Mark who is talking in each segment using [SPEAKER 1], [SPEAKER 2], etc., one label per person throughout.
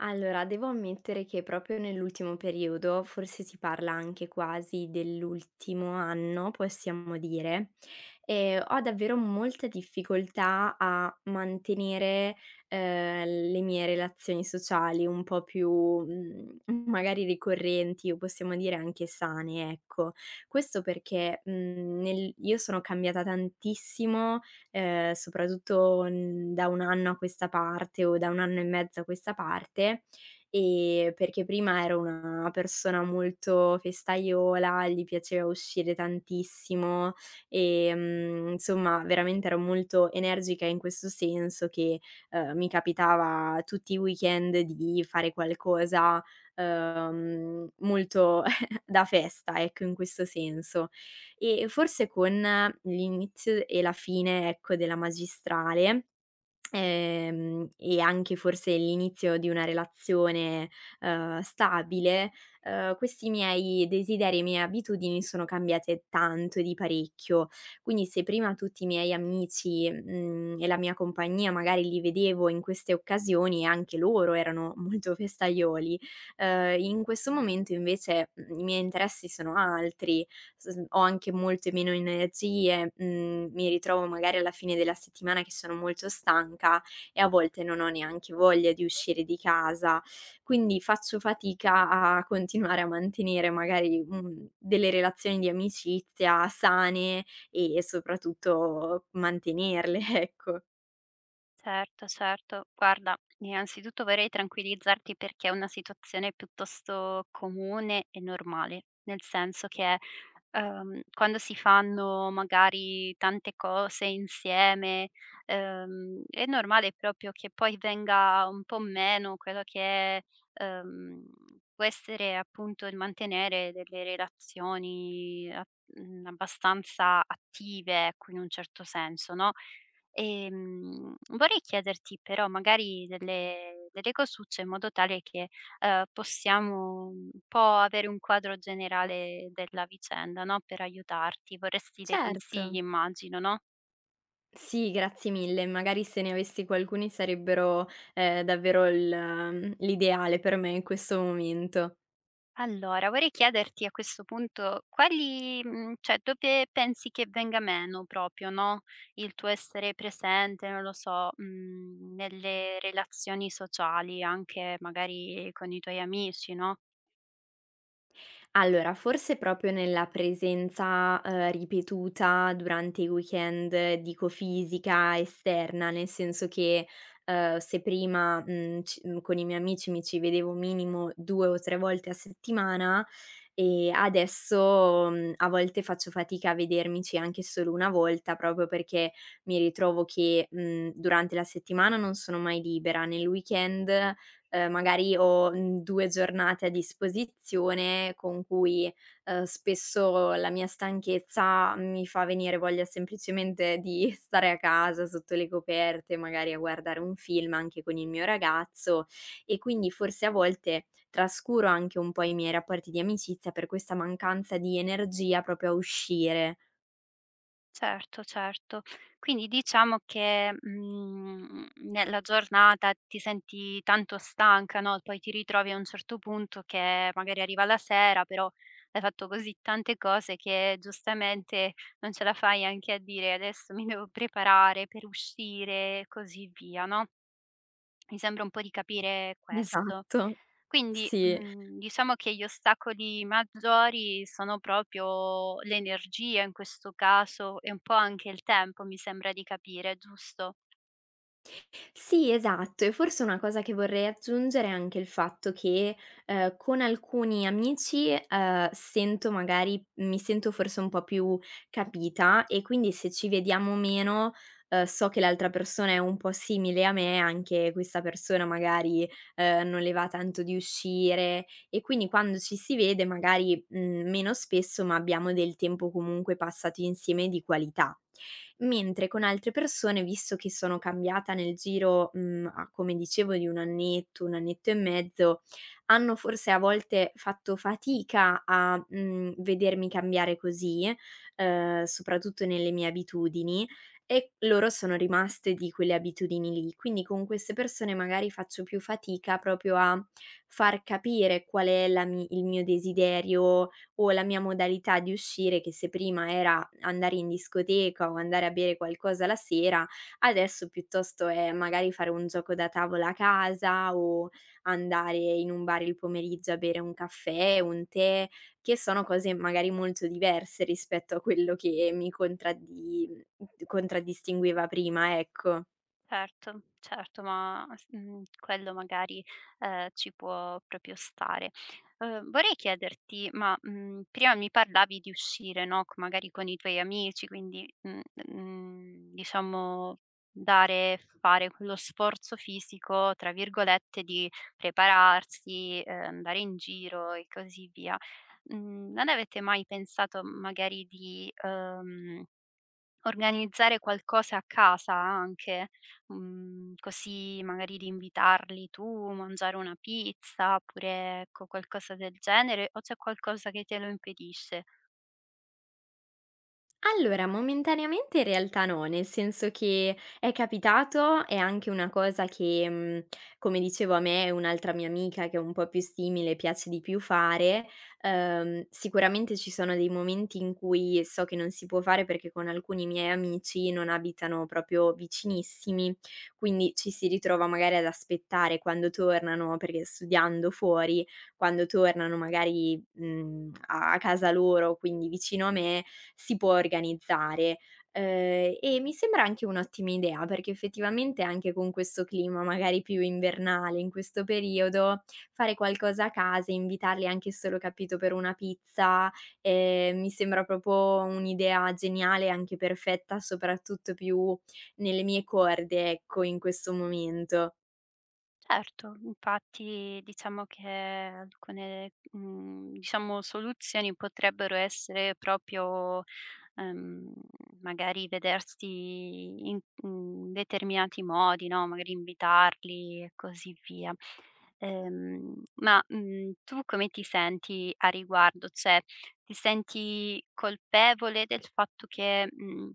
[SPEAKER 1] Allora, devo ammettere che proprio nell'ultimo periodo, forse si parla anche quasi dell'ultimo anno, possiamo dire, ho davvero molta difficoltà a mantenere, le mie relazioni sociali un po' più, magari ricorrenti o possiamo dire anche sane, ecco. Questo perché, mhmm, nel io sono cambiata tantissimo soprattutto, da 1 anno a questa parte o da 1 anno e mezzo a questa parte, perché prima ero una persona molto festaiola, gli piaceva uscire tantissimo, insomma veramente ero molto energica in questo senso che, mi capitava tutti i weekend di fare qualcosa, molto da festa, ecco, in questo senso. E forse con l'inizio e la fine, ecco, della magistrale, e anche forse l'inizio di una relazione, stabile, questi miei desideri e mie abitudini sono cambiate tanto e di parecchio. Quindi se prima tutti i miei amici, e la mia compagnia magari li vedevo in queste occasioni e anche loro erano molto festaioli, in questo momento invece, i miei interessi sono altri. S Ho anche molte meno energie, mi ritrovo magari alla fine della settimana che sono molto stanca e a volte non ho neanche voglia di uscire di casa, quindi faccio fatica a continuare a mantenere magari, delle relazioni di amicizia sane e soprattutto mantenerle, ecco.
[SPEAKER 2] Certo, certo. Guarda, innanzitutto vorrei tranquillizzarti perché è una situazione piuttosto comune e normale, nel senso che quando si fanno magari tante cose insieme, è normale proprio che poi venga un po' meno quello che è, ehm, può essere appunto il mantenere delle relazioni abbastanza attive, ecco, in un certo senso, no? Vorrei chiederti però magari delle cosucce in modo tale che, possiamo un po' avere un quadro generale della vicenda, no, per aiutarti. Vorresti dei consigli
[SPEAKER 1] Certo.
[SPEAKER 2] immagino, no?
[SPEAKER 1] Sì, grazie mille. Magari se ne avessi qualcuni sarebbero, davvero l'ideale per me in questo momento.
[SPEAKER 2] Allora, vorrei chiederti a questo punto cioè dove pensi che venga meno proprio, no, il tuo essere presente, non lo so, nelle relazioni sociali, anche magari con i tuoi amici, no?
[SPEAKER 1] Allora, forse proprio nella presenza, ripetuta durante i weekend, dico fisica, esterna, nel senso che, se prima, con i miei amici mi ci vedevo minimo 2 o 3 volte a settimana, adesso, a volte faccio fatica a vedermici anche solo 1 volta, proprio perché mi ritrovo che, durante la settimana non sono mai libera, nel weekend magari ho, 2 giornate a disposizione con cui, spesso la mia stanchezza mi fa venire voglia semplicemente di stare a casa sotto le coperte, magari a guardare un film anche con il mio ragazzo e quindi forse a volte trascuro anche un po' i miei rapporti di amicizia per questa mancanza di energia proprio a uscire.
[SPEAKER 2] Certo, certo. Quindi diciamo che, nella giornata ti senti tanto stanca, no, poi ti ritrovi a un certo punto che magari arriva la sera, però hai fatto così tante cose che giustamente non ce la fai anche a dire: "Adesso mi devo preparare per uscire" e così via, no? Mi sembra un po' di capire questo.
[SPEAKER 1] Esatto.
[SPEAKER 2] Quindi,
[SPEAKER 1] Sì.
[SPEAKER 2] diciamo che gli ostacoli maggiori sono proprio l'energia in questo caso e un po' anche il tempo, mi sembra di capire, giusto?
[SPEAKER 1] Sì, esatto. E forse una cosa che vorrei aggiungere è anche il fatto che, con alcuni amici, sento magari mi sento forse un po' più capita e quindi se ci vediamo meno, so che l'altra persona è un po' simile a me, anche questa persona magari, non le va tanto di uscire e quindi quando ci si vede magari, meno spesso, ma abbiamo del tempo comunque passato insieme di qualità. Mentre con altre persone, visto che sono cambiata nel giro, mhmm, a come dicevo di 1 annetto, 1 annetto e mezzo, hanno forse a volte fatto fatica a, vedermi cambiare così, soprattutto nelle mie abitudini, e loro sono rimaste di quelle abitudini lì. Quindi con queste persone magari faccio più fatica proprio a far capire qual è la mi il mio desiderio, o la mia modalità di uscire, che se prima era andare in discoteca o andare a bere qualcosa la sera, adesso piuttosto è magari fare un gioco da tavola a casa o andare in un bar il pomeriggio a bere un caffè, un tè, che sono cose magari molto diverse rispetto a quello che mi contraddi contraddistingueva prima, ecco.
[SPEAKER 2] Certo, certo, ma quello magari, ci può proprio stare. Vorrei chiederti, ma, prima mi parlavi di uscire, no, c magari con i tuoi amici, quindi, diciamo dare fare quello sforzo fisico, tra virgolette, di prepararsi, andare in giro e così via. Non avete mai pensato magari di organizzare qualcosa a casa anche, così magari di invitarli tu, mangiare una pizza, oppure ecco qualcosa del genere, o c'è qualcosa che te lo impedisce?
[SPEAKER 1] Allora, momentaneamente in realtà no, nel senso che è capitato, è anche una cosa che, come dicevo a me e un'altra mia amica che è un po' più simile piace di più fare, sicuramente ci sono dei momenti in cui so che non si può fare perché con alcuni miei amici non abitano proprio vicinissimi, quindi ci si ritrova magari ad aspettare quando tornano, perché studiando fuori, quando tornano magari, mhmm, a a casa loro, quindi vicino a me, si può organizzare. E mi sembra anche un'ottima idea, perché effettivamente anche con questo clima magari più invernale, in questo periodo, fare qualcosa a casa, invitarli anche solo, capito, per una pizza, mi sembra proprio un'idea geniale, anche perfetta, soprattutto più nelle mie corde, ecco, in questo momento.
[SPEAKER 2] Certo, infatti diciamo che alcune, diciamo soluzioni potrebbero essere proprio, ehm, magari vedersi in determinati modi, no, magari invitarli e così via. Ma, tu come ti senti a riguardo? Cioè, ti senti colpevole del fatto che, mhmm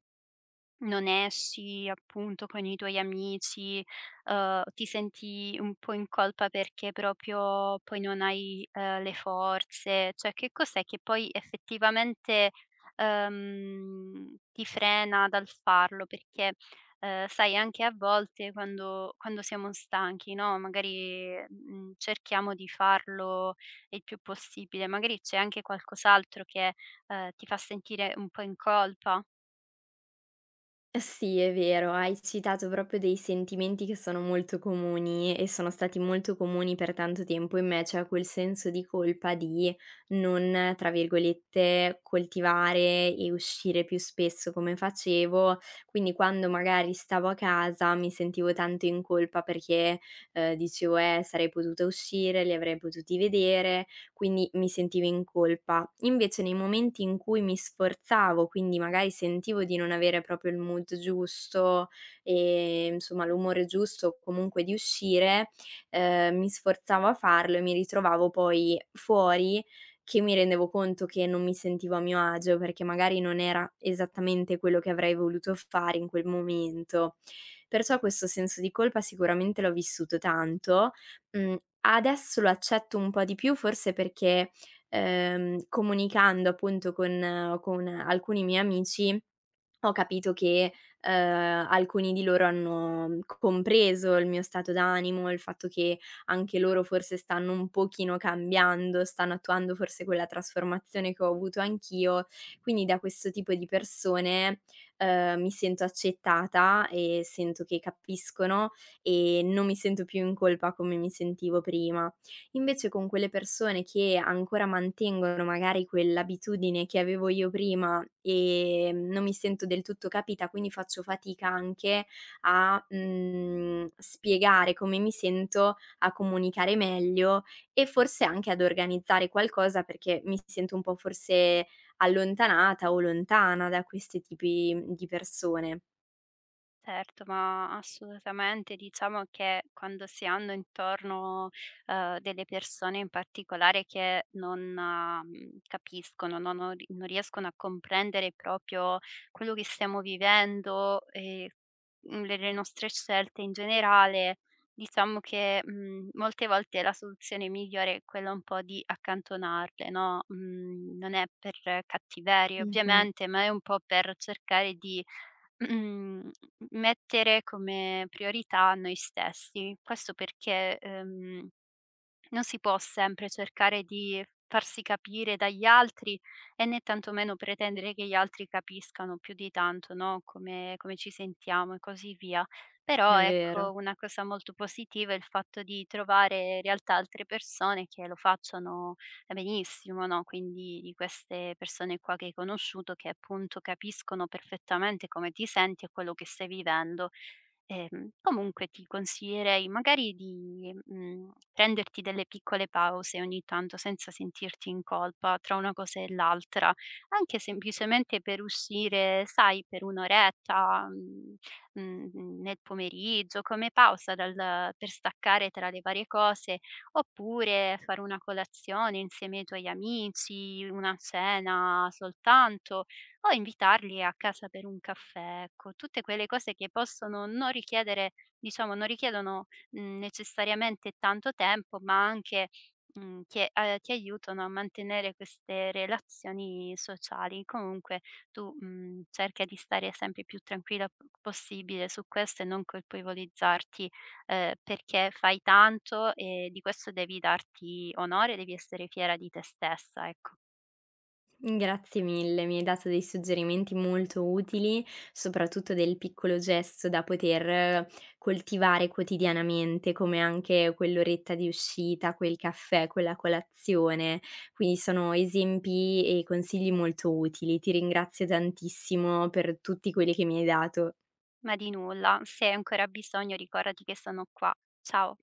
[SPEAKER 2] non esci, appunto, con i tuoi amici, ti senti un po' in colpa perché proprio poi non hai, le forze. Cioè, che cos'è che poi effettivamente, ti frena dal farlo? Perché, sai anche a volte quando siamo stanchi, no, magari, cerchiamo di farlo il più possibile, magari c'è anche qualcos'altro che, ti fa sentire un po' in colpa.
[SPEAKER 1] Sì, è vero, hai citato proprio dei sentimenti che sono molto comuni e sono stati molto comuni per tanto tempo in me, cioè quel senso di colpa di non, tra virgolette, coltivare e uscire più spesso come facevo. Quindi quando magari stavo a casa mi sentivo tanto in colpa perché dicevo, sarei potuta uscire, li avrei potuti vedere, quindi mi sentivo in colpa. Invece nei momenti in cui mi sforzavo, quindi magari sentivo di non avere proprio il mood giusto e insomma l'umore giusto o comunque di uscire, mi sforzavo a farlo e mi ritrovavo poi fuori che mi rendevo conto che non mi sentivo a mio agio, perché magari non era esattamente quello che avrei voluto fare in quel momento. Perciò questo senso di colpa sicuramente l'ho vissuto tanto. Mhmm, adesso lo accetto un po' di più forse perché, comunicando appunto con alcuni miei amici, ho capito che, alcuni di loro hanno compreso il mio stato d'animo, il fatto che anche loro forse stanno un pochino cambiando, stanno attuando forse quella trasformazione che ho avuto anch'io. Quindi da questo tipo di persone, mi sento accettata e sento che capiscono e non mi sento più in colpa come mi sentivo prima. Invece con quelle persone che ancora mantengono magari quell'abitudine che avevo io prima, non mi sento del tutto capita, quindi faccio fatica anche a, spiegare come mi sento, a comunicare meglio e forse anche ad organizzare qualcosa perché mi sento un po' forse allontanata o lontana da questi tipi di persone.
[SPEAKER 2] Certo, ma assolutamente. Diciamo che quando si hanno intorno, delle persone in particolare che non, capiscono, no non riescono a comprendere proprio quello che stiamo vivendo e, le nostre scelte in generale, diciamo che, molte volte la soluzione migliore è quella un po' di accantonarle, no, non è per cattiveria
[SPEAKER 1] Mh-mh.
[SPEAKER 2] ovviamente, ma è un po' per cercare di Mhmm, mettere come priorità noi stessi. Questo perché, non si può sempre cercare di farsi capire dagli altri e né tantomeno pretendere che gli altri capiscano più di tanto, no, come ci sentiamo e così via.
[SPEAKER 1] È
[SPEAKER 2] Però
[SPEAKER 1] vero.
[SPEAKER 2] ecco, una cosa molto positiva è il fatto di trovare in realtà altre persone che lo facciano benissimo, no, quindi di queste persone qua che hai conosciuto che appunto capiscono perfettamente come ti senti e quello che stai vivendo. Comunque ti consiglierei magari di prenderti delle piccole pause ogni tanto senza sentirti in colpa tra una cosa e l'altra, anche semplicemente per uscire, sai, per 1 oretta, nel pomeriggio, come pausa dal per staccare tra le varie cose, oppure fare una colazione insieme ai tuoi amici, una cena soltanto o invitarli a casa per un caffè, ecco. Tutte quelle cose che possono non richiedere non richiedono, necessariamente tanto tempo, ma anche, che, ti aiutano a mantenere queste relazioni sociali. Comunque tu, cerca di stare sempre più tranquilla p possibile su questo e non colpevolizzarti, perché fai tanto e di questo devi darti onore, devi essere fiera di te stessa, ecco.
[SPEAKER 1] Grazie mille, mi hai dato dei suggerimenti molto utili, soprattutto del piccolo gesto da poter coltivare quotidianamente, come anche quell'oretta di uscita, quel caffè, quella colazione. Quindi sono esempi e consigli molto utili. Ti ringrazio tantissimo per tutti quelli che mi hai dato.
[SPEAKER 2] Ma di nulla, se hai ancora bisogno ricordati che sono qua. Ciao.